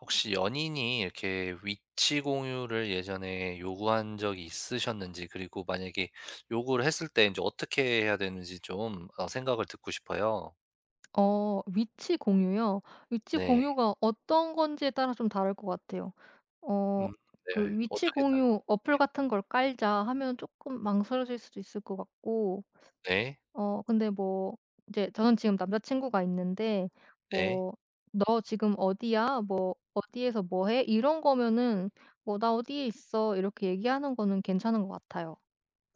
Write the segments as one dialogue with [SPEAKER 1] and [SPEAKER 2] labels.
[SPEAKER 1] 혹시 연인이 이렇게 위치 공유를 예전에 요구한 적이 있으셨는지, 그리고 만약에 요구를 했을 때 이제 어떻게 해야 되는지 좀 생각을 듣고 싶어요.
[SPEAKER 2] 어 위치 공유요? 위치
[SPEAKER 1] 네.
[SPEAKER 2] 공유가 어떤 건지에 따라 좀 다를 것 같아요. 어
[SPEAKER 1] 음.
[SPEAKER 2] 그
[SPEAKER 1] 네.
[SPEAKER 2] 위치
[SPEAKER 1] 어떻게 다.
[SPEAKER 2] 공유 어플 같은 걸 깔자 하면 조금 망설여질 수도 있을 것 같고
[SPEAKER 1] 네.
[SPEAKER 2] 어 근데 뭐 이제 저는 지금 남자 친구가 있는데
[SPEAKER 1] 네.
[SPEAKER 2] 뭐 "너 지금 어디야?" 뭐 "어디에서 뭐 해?" 이런 거면은 뭐 "나 어디에 있어." 이렇게 얘기하는 거는 괜찮은 것 같아요.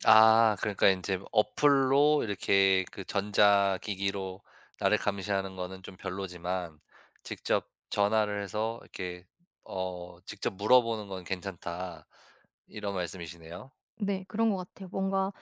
[SPEAKER 1] 아, 그러니까 이제 어플로 이렇게 그 전자기기로 나를 감시하는 거는 좀 별로지만, 직접 전화를 해서 이렇게 "직접 물어보는 건 괜찮다." 이런 말씀이시네요.
[SPEAKER 2] 네 그런 것 같아요. 뭔가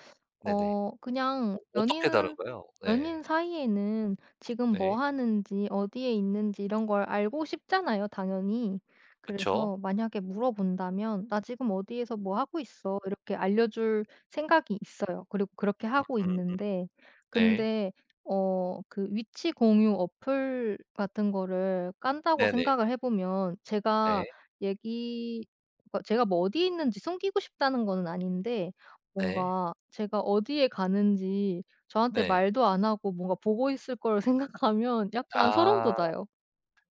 [SPEAKER 1] 네네.
[SPEAKER 2] 어 그냥
[SPEAKER 1] 어떻게
[SPEAKER 2] 연인
[SPEAKER 1] 다른가요? 네.
[SPEAKER 2] 연인 사이에는 지금 뭐
[SPEAKER 1] 네.
[SPEAKER 2] 하는지 어디에 있는지 이런 걸 알고 싶잖아요 당연히.
[SPEAKER 1] 그쵸.
[SPEAKER 2] 그래서 만약에 물어본다면 "나 지금 어디에서 뭐 하고 있어." 이렇게 알려줄 생각이 있어요. 그리고 그렇게 하고
[SPEAKER 1] 음.
[SPEAKER 2] 있는데
[SPEAKER 1] 네.
[SPEAKER 2] 근데 어 그 위치 공유 어플 같은 거를 깐다고
[SPEAKER 1] 네네.
[SPEAKER 2] 생각을 해 보면
[SPEAKER 1] 네.
[SPEAKER 2] 제가 얘기 그러니까 제가 뭐 어디에 있는지 숨기고 싶다는 거는 아닌데
[SPEAKER 1] 네.
[SPEAKER 2] 뭔가 제가 어디에 가는지 저한테
[SPEAKER 1] 네.
[SPEAKER 2] 말도 안 하고 뭔가 보고 있을 걸 생각하면 약간 소름
[SPEAKER 1] 아.
[SPEAKER 2] 돋아요.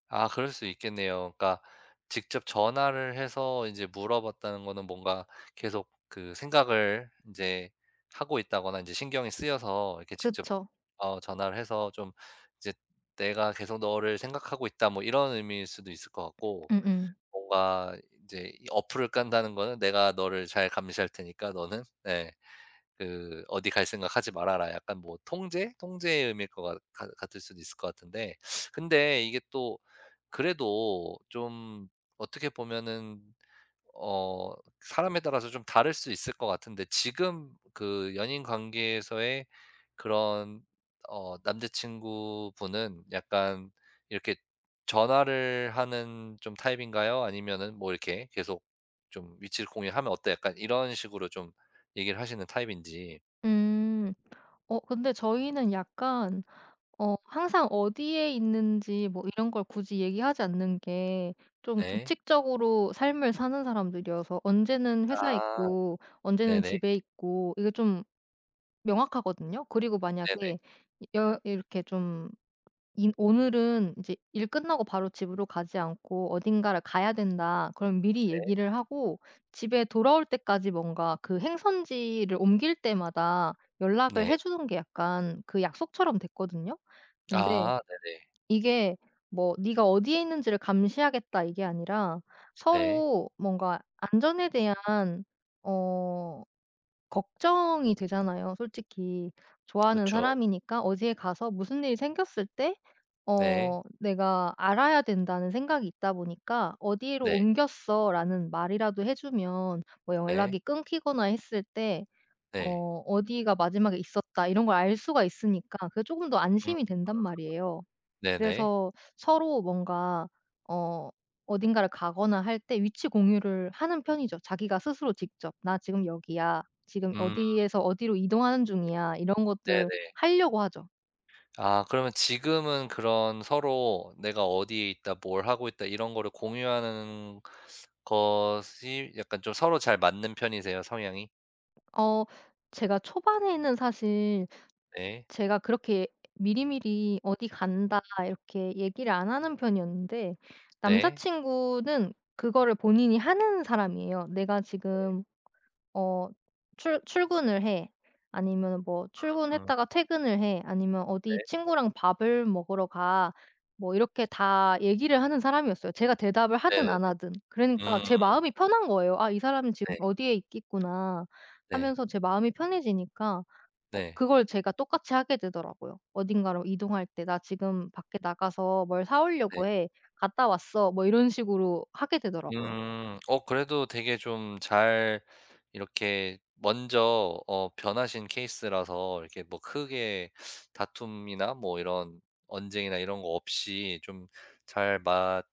[SPEAKER 1] 아, 그럴 수 있겠네요. 그러니까 직접 전화를 해서 이제 물어봤다는 거는 뭔가 계속 그 생각을 인제 하고 있다거나 인제 신경이 쓰여서 이렇게 직접
[SPEAKER 2] 그쵸.
[SPEAKER 1] 전화를 해서 좀 이제 "내가 계속 너를 생각하고 있다." 뭐 이런 의미일 수도 있을 것 같고,
[SPEAKER 2] 음음.
[SPEAKER 1] 뭔가 인제 이 어플을 깐다는 거는 "내가 너를 잘 감시할 테니까 너는" 네. 그 "어디 갈 생각하지 말아라." 약간 뭐 통제? 통제의 의미일 것 같 같 같을 수도 있을 것 같은데, 근데 이게 또 그래도 좀 어떻게 보면은 어 사람에 따라서 좀 다를 수 있을 것 같은데, 지금 그 연인 관계에서의 그런 남자친구분은 약간 이렇게 전화를 하는 좀 타입인가요? 아니면은 뭐 이렇게 계속 좀 "위치를 공유하면 어때?" 약간 이런 식으로 좀 얘기를 하시는 타입인지.
[SPEAKER 2] 음. 어 근데 저희는 약간 어 항상 어디에 있는지 뭐 이런 걸 굳이 얘기하지 않는 게 좀
[SPEAKER 1] 네.
[SPEAKER 2] 규칙적으로 삶을 사는 사람들이어서 언제는 회사에
[SPEAKER 1] 아,
[SPEAKER 2] 있고 언제는
[SPEAKER 1] 네네.
[SPEAKER 2] 집에 있고 이게 좀 명확하거든요. 그리고
[SPEAKER 1] 네네네.
[SPEAKER 2] 만약에 여 이렇게 좀 이 오늘은 이제 일 끝나고 바로 집으로 가지 않고 어딘가를 가야 된다. 그럼 미리 얘기를 하고 집에 돌아올 때까지 뭔가 그 행선지를 옮길 때마다 연락을
[SPEAKER 1] 네.
[SPEAKER 2] 해 주는 게 약간 그 약속처럼 됐거든요. 근데
[SPEAKER 1] 아, 네네.
[SPEAKER 2] 이게 뭐 "네가 어디에 있는지를 감시하겠다." 이게 아니라
[SPEAKER 1] 네.
[SPEAKER 2] 서로 뭔가 안전에 대한 어 걱정이 되잖아요 솔직히. 좋아하는
[SPEAKER 1] 그쵸.
[SPEAKER 2] 사람이니까 어디에 가서 무슨 일이 생겼을 때
[SPEAKER 1] 네.
[SPEAKER 2] 어 내가 알아야 된다는 생각이 있다 보니까 "어디로
[SPEAKER 1] 네.
[SPEAKER 2] 옮겼어."라는 말이라도 해 주면 뭐
[SPEAKER 1] 네.
[SPEAKER 2] 연락이 끊기거나 했을 때
[SPEAKER 1] 네.
[SPEAKER 2] 어 '어디가 마지막에 있었다.' 이런 걸 알 수가 있으니까 그게 조금 더
[SPEAKER 1] 음.
[SPEAKER 2] 안심이 된단 말이에요.
[SPEAKER 1] 네네.
[SPEAKER 2] 그래서 서로 뭔가 어 어딘가를 가거나 할 때 위치 공유를 하는 편이죠. 자기가 스스로 직접 "나 지금 여기야. 지금
[SPEAKER 1] 음.
[SPEAKER 2] 어디에서 어디로 이동하는 중이야." 이런 것들을
[SPEAKER 1] 네네.
[SPEAKER 2] 하려고 하죠.
[SPEAKER 1] 아, 그러면 지금은 그런 서로 "내가 어디에 있다. 뭘 하고 있다." 이런 거를 공유하는 것이 약간 좀 서로 잘 맞는 편이세요, 성향이?
[SPEAKER 2] 어 제가 초반에는 사실
[SPEAKER 1] 네.
[SPEAKER 2] 제가 그렇게 미리미리 "어디 간다." 이렇게 얘기를 안 하는 편이었는데 남자
[SPEAKER 1] 네.
[SPEAKER 2] 친구는 그거를 본인이 하는 사람이에요. "내가
[SPEAKER 1] 네.
[SPEAKER 2] 지금 어 출 출근을 해. 아니면 뭐
[SPEAKER 1] 음.
[SPEAKER 2] 출근했다가 퇴근을 해. 아니면
[SPEAKER 1] 네.
[SPEAKER 2] 어디 친구랑 밥을 먹으러 가. 뭐 이렇게 다 얘기를 하는 사람이었어요. 제가 대답을
[SPEAKER 1] 네네.
[SPEAKER 2] 하든 안 하든. 그러니까
[SPEAKER 1] 음.
[SPEAKER 2] 제 마음이 편한 거예요. '아 이 사람은 지금
[SPEAKER 1] 네.
[SPEAKER 2] 어디에 있겠구나.'
[SPEAKER 1] 네.
[SPEAKER 2] 하면서 제 마음이 편해지니까 어
[SPEAKER 1] 네.
[SPEAKER 2] 그걸 제가 똑같이 하게 되더라고요. 어딘가로 이동할 때 "나 지금 밖에 나가서 뭘 사
[SPEAKER 1] 네.
[SPEAKER 2] 오려고 해. 갔다 왔어." 뭐 이런 식으로 하게 되더라고요.
[SPEAKER 1] 음. 그래도 되게 좀 잘 이렇게 먼저 변하신 케이스라서 이렇게 뭐 크게 다툼이나 뭐 이런 언쟁이나 이런 거 없이 좀 잘 맞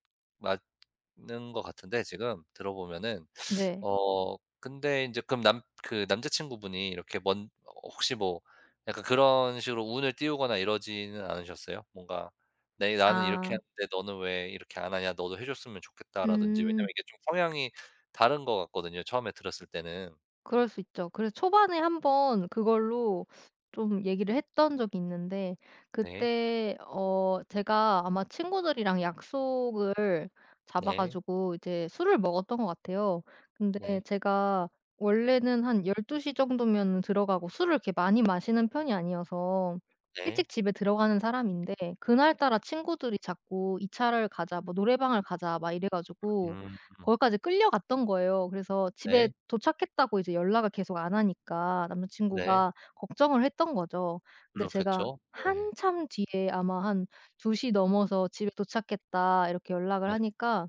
[SPEAKER 1] 맞는 것 같은데 지금 들어보면은.
[SPEAKER 2] 네.
[SPEAKER 1] 근데 인제 그럼 남 그 남자친구분이 이렇게 먼 어 혹시 뭐 약간 그런 식으로 운을 띄우거나 이러지는 않으셨어요? 뭔가 "내 나는 이렇게
[SPEAKER 2] 아.
[SPEAKER 1] 하는데 너는 왜 이렇게 안 하냐. 너도 해 줬으면 좋겠다."라든지.
[SPEAKER 2] 음.
[SPEAKER 1] 왜냐면 이게 좀 성향이 다른 것 같거든요, 처음에 들었을 때는.
[SPEAKER 2] 그럴 수 있죠. 그래서 초반에 한번 그걸로 좀 얘기를 했던 적이 있는데
[SPEAKER 1] 네.
[SPEAKER 2] 그때 어 제가 아마 친구들이랑 약속을 잡아
[SPEAKER 1] 네.
[SPEAKER 2] 가지고 이제 술을 먹었던 것 같아요. 근데
[SPEAKER 1] 네.
[SPEAKER 2] 제가 원래는 한 12시 정도면 들어가고 술을 이렇게 많이 마시는 편이 아니어서
[SPEAKER 1] 네.
[SPEAKER 2] 일찍 집에 들어가는 사람인데 그날따라 친구들이 자꾸 "2 차를 가자." 뭐 "노래방을 가자." 막 이래 가지고
[SPEAKER 1] 음.
[SPEAKER 2] 거기까지 끌려갔던 거예요. 그래서 집에
[SPEAKER 1] 네.
[SPEAKER 2] 도착했다고 이제 연락을 계속 안 하니까 남자
[SPEAKER 1] 네.
[SPEAKER 2] 친구가 걱정을 했던 거죠. 근데 제가
[SPEAKER 1] 그렇겠죠. 네.
[SPEAKER 2] 한참 뒤에 아마 한 2시 넘어서 "집에 도착했다." 이렇게 연락을
[SPEAKER 1] 네.
[SPEAKER 2] 하니까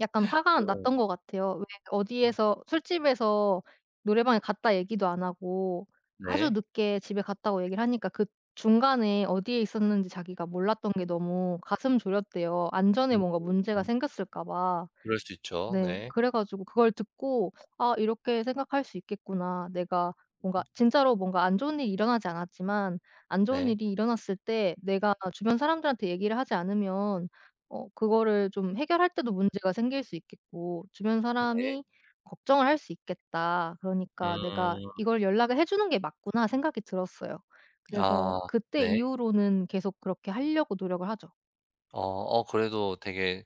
[SPEAKER 2] 약간 화가
[SPEAKER 1] 어.
[SPEAKER 2] 났던 것 같아요. 왜
[SPEAKER 1] 네. 음.
[SPEAKER 2] 어디에서 술집에서 노래방에 갔다 얘기도 안 하고 아주
[SPEAKER 1] 네.
[SPEAKER 2] 늦게 집에 갔다고 얘기를 하니까 그 중간에 어디에 있었는지 자기가 몰랐던 게 너무 가슴 졸였대요. 안전에 뭔가 문제가
[SPEAKER 1] 음음.
[SPEAKER 2] 생겼을까 봐.
[SPEAKER 1] 그럴 수 있죠.
[SPEAKER 2] 네.
[SPEAKER 1] 네.
[SPEAKER 2] 그래 가지고 그걸 듣고 '아 이렇게 생각할 수 있겠구나. 내가 뭔가 진짜로 뭔가 안 좋은 일이 일어나지 않았지만 안 좋은
[SPEAKER 1] 네.
[SPEAKER 2] 일이 일어났을 때 내가 주변 사람들한테 얘기를 하지 않으면 어 그거를 좀 해결할 때도 문제가 생길 수 있겠고 주변
[SPEAKER 1] 네.
[SPEAKER 2] 사람이 걱정을 할 수 있겠다. 그러니까 내가
[SPEAKER 1] 음.
[SPEAKER 2] 이걸 연락을 해 주는 게 맞구나.' 생각이 들었어요. 그래서
[SPEAKER 1] 아.
[SPEAKER 2] 그때
[SPEAKER 1] 네.
[SPEAKER 2] 이후로는 계속 그렇게 하려고 노력을 하죠.
[SPEAKER 1] 그래도 되게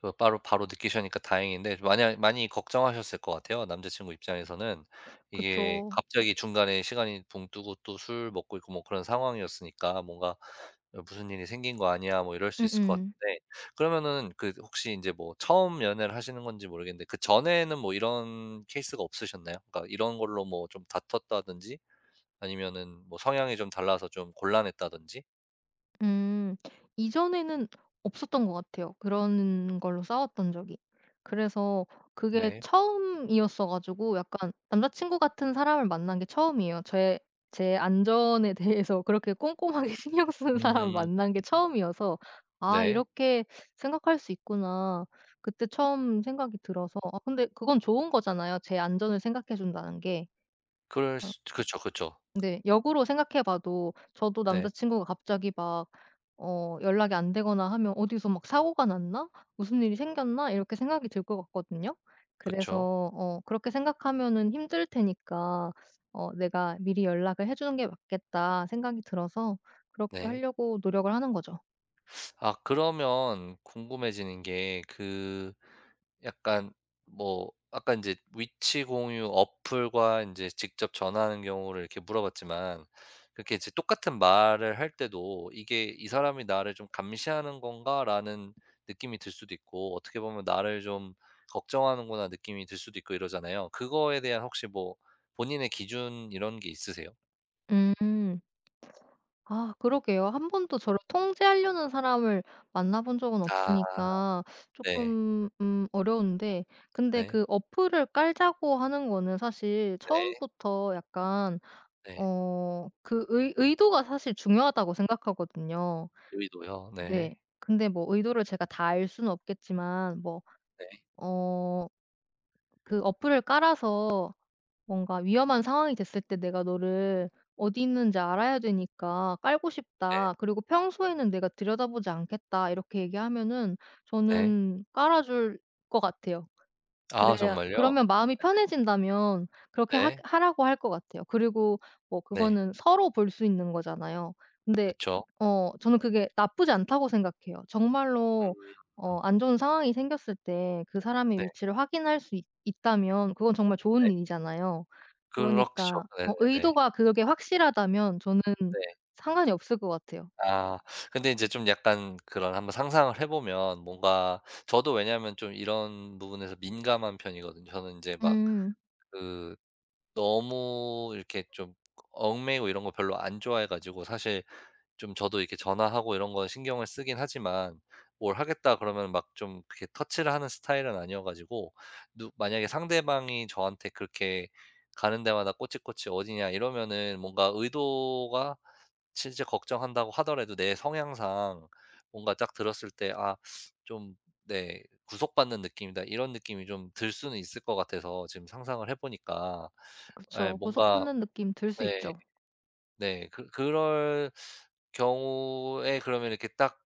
[SPEAKER 1] 그 바로 바로 느끼셨으니까 다행인데, 만약 많이 걱정하셨을 것 같아요. 남자친구 입장에서는. 이게
[SPEAKER 2] 그쵸.
[SPEAKER 1] 갑자기 중간에 시간이 붕 뜨고 또 술 먹고 있고 뭐 그런 상황이었으니까 뭔가 무슨 일이 생긴 거 아니야?' 뭐 이럴 수 있을 것
[SPEAKER 2] 음음.
[SPEAKER 1] 같은데. 그러면은 그 혹시 이제 뭐 처음 연애를 하시는 건지 모르겠는데 그전에는 뭐 이런 케이스가 없으셨나요? 그러니까 이런 걸로 뭐 좀 다퉜다든지, 아니면은 뭐 성향이 좀 달라서 좀 곤란했다든지?
[SPEAKER 2] 음. 이전에는 없었던 것 같아요, 그런 걸로 싸웠던 적이. 그래서 그게
[SPEAKER 1] 네.
[SPEAKER 2] 처음이었어 가지고 약간 남자 친구 같은 사람을 만난 게 처음이에요. 제 안전에 대해서 그렇게 꼼꼼하게 신경 쓰는 사람
[SPEAKER 1] 음.
[SPEAKER 2] 만난 게 처음이어서 '아
[SPEAKER 1] 네.
[SPEAKER 2] 이렇게 생각할 수 있구나.' 그때 처음 생각이 들어서 아 근데 그건 좋은 거잖아요, 제 안전을 생각해 준다는 게.
[SPEAKER 1] 그럴
[SPEAKER 2] 어
[SPEAKER 1] 수 그쵸, 그쵸.
[SPEAKER 2] 근데 역으로 생각해 봐도 저도
[SPEAKER 1] 네.
[SPEAKER 2] 남자 친구가 갑자기 막 어 연락이 안 되거나 하면 '어디서 막 사고가 났나? 무슨 일이 생겼나?' 이렇게 생각이 들 것 같거든요. 그래서
[SPEAKER 1] 그쵸.
[SPEAKER 2] 어 그렇게 생각하면은 힘들 테니까 어 '내가 미리 연락을 해 주는 게 맞겠다.' 생각이 들어서 그렇게
[SPEAKER 1] 네.
[SPEAKER 2] 하려고 노력을 하는 거죠.
[SPEAKER 1] 아, 그러면 궁금해지는 게 그 약간 뭐 아까 인제 위치 공유 어플과 인제 직접 전화하는 경우를 이렇게 물어봤지만, 그렇게 이제 똑같은 말을 할 때도 이게 '이 사람이 나를 좀 감시하는 건가?'라는 느낌이 들 수도 있고, 어떻게 보면 '나를 좀 걱정하는구나.' 느낌이 들 수도 있고 이러잖아요. 그거에 대한 혹시 뭐 본인의 기준 이런 게 있으세요?
[SPEAKER 2] 음. 아 그러게요. 한 번도 저를 통제하려는 사람을 만나 본 적은
[SPEAKER 1] 아.
[SPEAKER 2] 없으니까
[SPEAKER 1] 네.
[SPEAKER 2] 조금 어려운데 근데
[SPEAKER 1] 네.
[SPEAKER 2] 그 어플을 깔자고 하는 거는 사실
[SPEAKER 1] 네.
[SPEAKER 2] 처음부터 약간
[SPEAKER 1] 네.
[SPEAKER 2] 어 그 의 의도가 사실 중요하다고 생각하거든요.
[SPEAKER 1] 여의도요.
[SPEAKER 2] 네.
[SPEAKER 1] 네.
[SPEAKER 2] 네. 근데 뭐 의도를 제가 다 알 수는 없겠지만 뭐
[SPEAKER 1] 네.
[SPEAKER 2] 어 그 어플을 깔아서 뭔가 위험한 상황이 됐을 때 내가 너를 어디 있는지 알아야 되니까 깔고
[SPEAKER 1] 네.
[SPEAKER 2] 싶다. 그리고 평소에는 내가 들여다보지 않겠다. 이렇게 얘기하면은
[SPEAKER 1] 네.
[SPEAKER 2] 저는 깔아 줄 것 같아요.
[SPEAKER 1] 아,
[SPEAKER 2] 그래야
[SPEAKER 1] 정말요?
[SPEAKER 2] 그러면 마음이 편해진다면 그렇게 하
[SPEAKER 1] 네.
[SPEAKER 2] 하라고 할 것 같아요. 그리고 뭐
[SPEAKER 1] 네.
[SPEAKER 2] 그거는 서로 볼 수 있는 거잖아요. 근데
[SPEAKER 1] 그쵸.
[SPEAKER 2] 어 저는 그게 나쁘지 않다고 생각해요. 정말로
[SPEAKER 1] 음.
[SPEAKER 2] 어 안 좋은 상황이 생겼을 때 그
[SPEAKER 1] 네.
[SPEAKER 2] 사람의 위치를 확인할 수 있 있다면 그건 정말 좋은
[SPEAKER 1] 네.
[SPEAKER 2] 일이잖아요.
[SPEAKER 1] 그렇죠.
[SPEAKER 2] 그러니까 어
[SPEAKER 1] 네네네.
[SPEAKER 2] 의도가 그게 확실하다면 저는
[SPEAKER 1] 네.
[SPEAKER 2] 상관이 없을 것 같아요.
[SPEAKER 1] 아, 근데 인제 좀 약간 그런 한번 상상을 해 보면, 뭔가 저도 왜냐하면 좀 이런 부분에서 민감한 편이거든요. 저는 인제 막
[SPEAKER 2] 음.
[SPEAKER 1] 그 너무 이렇게 좀 얽매이고 이런 거 별로 안 좋아해 가지고, 사실 좀 저도 이렇게 전화하고 이런 건 신경을 쓰긴 하지만 "뭘 하겠다." 그러면 막 좀 그렇게 터치를 하는 스타일은 아니어 가지고, 누 만약에 상대방이 저한테 그렇게 가는 데마다 꼬치꼬치 "어디냐?" 이러면은, 뭔가 의도가 진짜 걱정한다고 하더라도 내 성향상 뭔가 딱 들었을 때 좀 네 구속받는 느낌이다.' 이런 느낌이 좀 들 수는 있을 것 같아서 지금 상상을 해 보니까. 예,
[SPEAKER 2] 그쵸. 고속
[SPEAKER 1] 뭔가.
[SPEAKER 2] 붙는 느낌 들 수
[SPEAKER 1] 네.
[SPEAKER 2] 있죠.
[SPEAKER 1] 네. 그럴 경우에 그러면 이렇게 딱,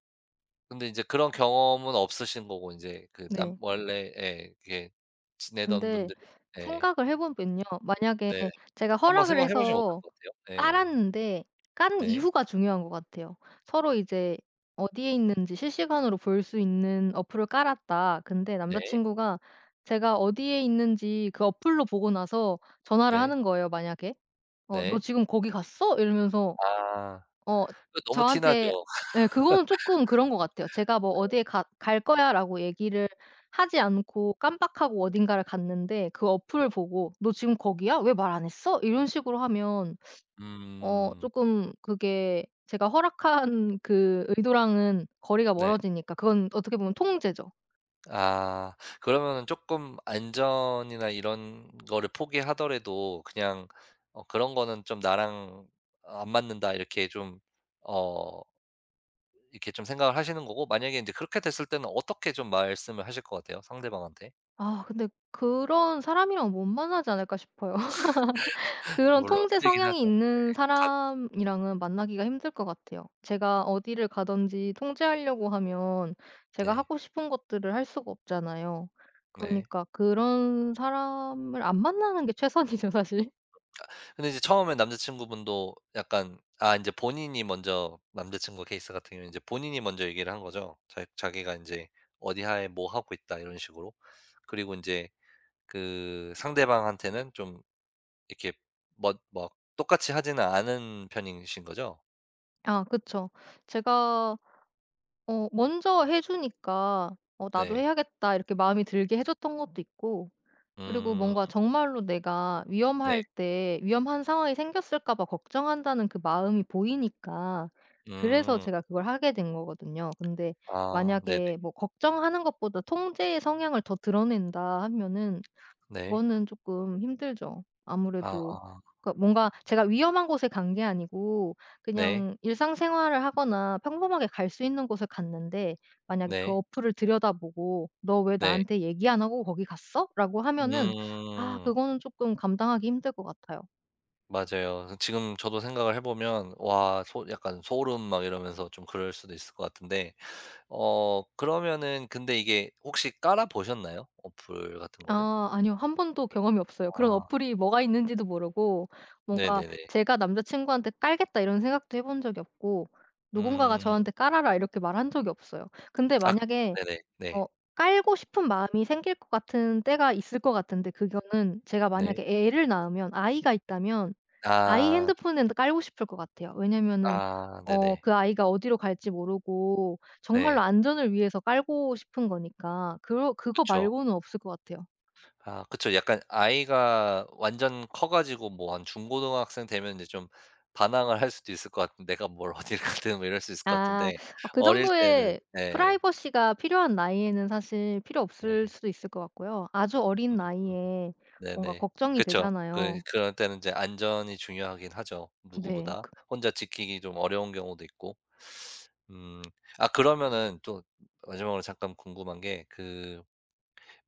[SPEAKER 1] 근데 이제 그런 경험은 없으신 거고 인제 그 남
[SPEAKER 2] 네.
[SPEAKER 1] 원래 예렇게 지내던
[SPEAKER 2] 근데
[SPEAKER 1] 분들이. 네.
[SPEAKER 2] 생각을 해 보면요. 만약에
[SPEAKER 1] 네.
[SPEAKER 2] 제가
[SPEAKER 1] 한번
[SPEAKER 2] 허락을
[SPEAKER 1] 생각해 보시면 어떨
[SPEAKER 2] 해서
[SPEAKER 1] 것 같아요? 예.
[SPEAKER 2] 깔았는데 깐
[SPEAKER 1] 네.
[SPEAKER 2] 이후가 중요한 것 같아요. 서로 이제 어디에 있는지 실시간으로 볼 수 있는 어플을 깔았다. 근데 남자
[SPEAKER 1] 네.
[SPEAKER 2] 친구가 제가 어디에 있는지 그 어플로 보고 나서 전화를
[SPEAKER 1] 네.
[SPEAKER 2] 하는 거예요 만약에. "어 너
[SPEAKER 1] 네.
[SPEAKER 2] 지금 거기 갔어?" 이러면서
[SPEAKER 1] 아.
[SPEAKER 2] 어
[SPEAKER 1] 그, 너무 티 나죠.
[SPEAKER 2] 저한테 예 그거는 쪼끔 그런 것 같아요. 제가 뭐 "어디에 가 갈 거야."라고 얘기를 하지 않고 깜빡하고 어딘가를 갔는데 그
[SPEAKER 1] 네.
[SPEAKER 2] 어플을 보고 "너 지금 거기야? 왜 말 안 했어?" 이런 식으로 하면 어
[SPEAKER 1] 음.
[SPEAKER 2] 쪼끔 그게 제가 허락한 그 의도랑은 거리가
[SPEAKER 1] 네.
[SPEAKER 2] 멀어지니까 그건 어떻게 보면 통제죠.
[SPEAKER 1] 아. 그러면은 쪼끔 안전이나 이런 거를 포기하더라도 그냥 '그런 거는 좀 나랑 안 맞는다.' 이렇게 좀어 이렇게 좀 생각을 하시는 거고, 만약에 인제 그렇게 됐을 때는 어떻게 좀 말씀을 하실 것 같아요, 상대방한테?
[SPEAKER 2] 아 근데 그런 사람이랑 못 만나지 않을까 싶어요. 그런
[SPEAKER 1] 물론
[SPEAKER 2] 통제
[SPEAKER 1] 힘들긴
[SPEAKER 2] 성향이
[SPEAKER 1] 하죠.
[SPEAKER 2] 있는
[SPEAKER 1] 가.
[SPEAKER 2] 사람이랑은 만나기가 힘들 것 같아요. 제가 어디를 가든지 통제하려고 하면 제가
[SPEAKER 1] 네.
[SPEAKER 2] 하고 싶은 것들을 할 수가 없잖아요.
[SPEAKER 1] 네.
[SPEAKER 2] 그러니까 그런 사람을 안 만나는 게 최선이죠, 사실.
[SPEAKER 1] 근데 이제 처음에 남자친구분도 약간 인제 본인이 먼저, 남자친구 케이스 같은 경우에는 이제 본인이 먼저 얘기를 한 거죠. 자 자기가 인제 "어디 하에 뭐 하고 있다." 이런 식으로. 그리고 인제 그 상대방한테는 좀 이렇게 뭐 막 똑같이 하지는 않은 편이신 거죠?
[SPEAKER 2] 아 그쵸. 제가 어 먼저 해 주니까 '어 나도
[SPEAKER 1] 네.
[SPEAKER 2] 해야겠다.' 이렇게 마음이 들게 해 줬던 것도 있고 그리고
[SPEAKER 1] 음.
[SPEAKER 2] 뭔가 정말로 내가
[SPEAKER 1] 네.
[SPEAKER 2] 위험할 때 위험한 상황이 생겼을까 봐 걱정한다는 그 마음이 보이니까 그래서
[SPEAKER 1] 음.
[SPEAKER 2] 제가 그걸 하게 된 거거든요. 근데
[SPEAKER 1] 아, 네네.
[SPEAKER 2] 만약에 뭐 '걱정하는 것보다 통제의 성향을 더 드러낸다.' 하면은
[SPEAKER 1] 네.
[SPEAKER 2] 그거는 조금 힘들죠.
[SPEAKER 1] 아,
[SPEAKER 2] 아무래도 그러니까 뭔가 제가 위험한 곳에 간 게 아니고
[SPEAKER 1] 네.
[SPEAKER 2] 그냥 일상생활을 하거나 평범하게 갈 수 있는 곳을 갔는데 만약에 그
[SPEAKER 1] 네.
[SPEAKER 2] 어플을 들여다보고 "너 왜
[SPEAKER 1] 네.
[SPEAKER 2] 나한테 얘기 안 하고 거기 갔어?" 라고 하면은 아
[SPEAKER 1] 음.
[SPEAKER 2] 그거는 조금 감당하기 힘들 것 같아요.
[SPEAKER 1] 맞아요. 지금 저도 생각을 해 보면 와 소 약간 소름 막 이러면서 좀 그럴 수도 있을 것 같은데. 그러면은 근데 이게 혹시 깔아 보셨나요? 어플 같은 거를?
[SPEAKER 2] 아 아니요. 한 번도 경험이 없어요. 그런
[SPEAKER 1] 아,
[SPEAKER 2] 어플이 뭐가 있는지도 모르고 뭔가
[SPEAKER 1] 네네네.
[SPEAKER 2] 제가 남자 친구한테 "깔겠다." 이런 생각도 해본 적이 없고 누군가가
[SPEAKER 1] 음.
[SPEAKER 2] 저한테 "깔아라." 이렇게 말한 적이 없어요. 근데
[SPEAKER 1] 아,
[SPEAKER 2] 만약에
[SPEAKER 1] 네네. 네.
[SPEAKER 2] 어 깔고 싶은 마음이 생길 것 같은 때가 있을 것 같은데 그거는 제가
[SPEAKER 1] 네.
[SPEAKER 2] 만약에 애를 낳으면 아이가 있다면 아이
[SPEAKER 1] 아.
[SPEAKER 2] 핸드폰은 깔고 싶을 것 같아요. 왜냐면은
[SPEAKER 1] 아,
[SPEAKER 2] 어
[SPEAKER 1] 네네.
[SPEAKER 2] 그 아이가 어디로 갈지 모르고 정말로
[SPEAKER 1] 네.
[SPEAKER 2] 안전을 위해서 깔고 싶은 거니까 그러 그거
[SPEAKER 1] 그쵸.
[SPEAKER 2] 말고는 없을 것 같아요.
[SPEAKER 1] 아, 그쵸. 약간 아이가 완전 커 가지고 뭐 한 중고등학생 되면 이제 좀 반항을 할 수도 있을 것 같은데, '내가 뭘 어딜 가든.' 뭐 이럴 수 있을 것
[SPEAKER 2] 아.
[SPEAKER 1] 같은데.
[SPEAKER 2] 아 그
[SPEAKER 1] 어릴 때는
[SPEAKER 2] 정도의
[SPEAKER 1] 네.
[SPEAKER 2] 프라이버시가 필요한 나이에는 사실 필요
[SPEAKER 1] 네.
[SPEAKER 2] 없을 수도 있을 것 같고요. 아주 어린
[SPEAKER 1] 음.
[SPEAKER 2] 나이에 뭔가
[SPEAKER 1] 네네.
[SPEAKER 2] 걱정이
[SPEAKER 1] 그쵸. 그
[SPEAKER 2] 되잖아요.
[SPEAKER 1] 그런 때는 이제 안전이 중요하긴 하죠,
[SPEAKER 2] 네.
[SPEAKER 1] 누구보다. 혼자 지키기 좀 어려운 경우도 있고. 음. 아, 그러면은 또 마지막으로 잠깐 궁금한 게그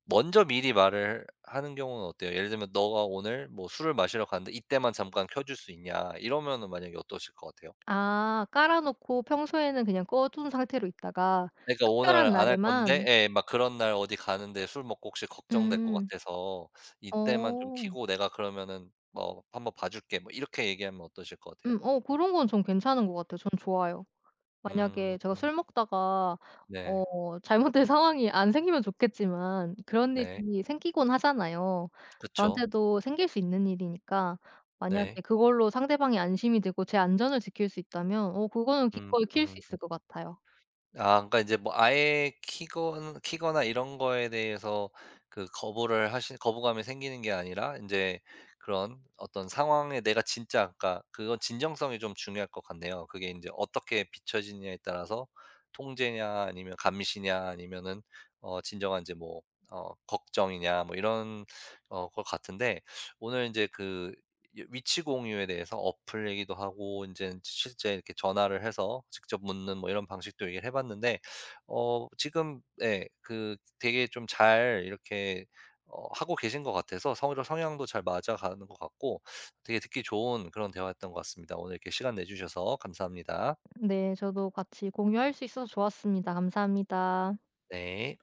[SPEAKER 1] 먼저 미리 말을 하는 경우는 어때요? 예를 들면 "너가 오늘 뭐 술을 마시러 가는데 이때만 잠깐 켜줄 수 있냐?" 이러면은 만약에 어떠실 것 같아요?
[SPEAKER 2] 아 깔아 놓고 평소에는 그냥 꺼둔 상태로 있다가
[SPEAKER 1] 그러니까 "오늘
[SPEAKER 2] 특별한
[SPEAKER 1] 안 할 건데"
[SPEAKER 2] 날에만
[SPEAKER 1] 예 막 "그런 날 어디 가는데 술 먹고 혹시 걱정될 것
[SPEAKER 2] 음.
[SPEAKER 1] 같아서 이때만 좀
[SPEAKER 2] 어.
[SPEAKER 1] 켜고, 내가 그러면은 뭐 한번 봐 줄게." 뭐 이렇게 얘기하면 어떠실 것 같아요?
[SPEAKER 2] 어 그런 건 전 괜찮은 것 같아요. 전 좋아요.
[SPEAKER 1] 음.
[SPEAKER 2] 만약에 제가
[SPEAKER 1] 음.
[SPEAKER 2] 술 먹다가
[SPEAKER 1] 네.
[SPEAKER 2] 어 잘못된 상황이 안 생기면 좋겠지만 그런
[SPEAKER 1] 네.
[SPEAKER 2] 일이 생기곤 하잖아요.
[SPEAKER 1] 그쵸.
[SPEAKER 2] 저한테도 생길 수 있는 일이니까 만약에
[SPEAKER 1] 네.
[SPEAKER 2] 그걸로 상대방이 안심이 되고 제 안전을 지킬 수 있다면 어 그거는
[SPEAKER 1] 음.
[SPEAKER 2] 기꺼이 킬 수
[SPEAKER 1] 음.
[SPEAKER 2] 있을 것 같아요.
[SPEAKER 1] 아, 그러니까 이제 뭐 아예 키나 키거나 이런 거에 대해서 그 거부를 하신, 거부감이 생기는 게 아니라 이제 그런 어떤 상황에 내가 진짜. 아까 그건 진정성이 좀 중요할 것 같네요. 그게 이제 어떻게 비춰지느냐에 따라서 통제냐, 아니면 감시냐, 아니면은 진정한 이제 뭐 걱정이냐, 뭐 이런 것 같은데. 오늘 이제그 위치 공유에 대해서 어플 얘기도 하고, 이제 실제 이렇게 전화를 해서 직접 묻는 뭐 이런 방식도 얘기를 해 봤는데, 지금 예 그 되게 좀 잘 이렇게 하고 계신 것 같아서 성 성향도 잘 맞아가는 것 같고, 되게 듣기 좋은 그런 대화였던 것 같습니다. 오늘 이렇게 시간 내 주셔서 감사합니다.
[SPEAKER 2] 네 저도 같이 공유할 수 있어서 좋았습니다. 감사합니다.
[SPEAKER 1] 네.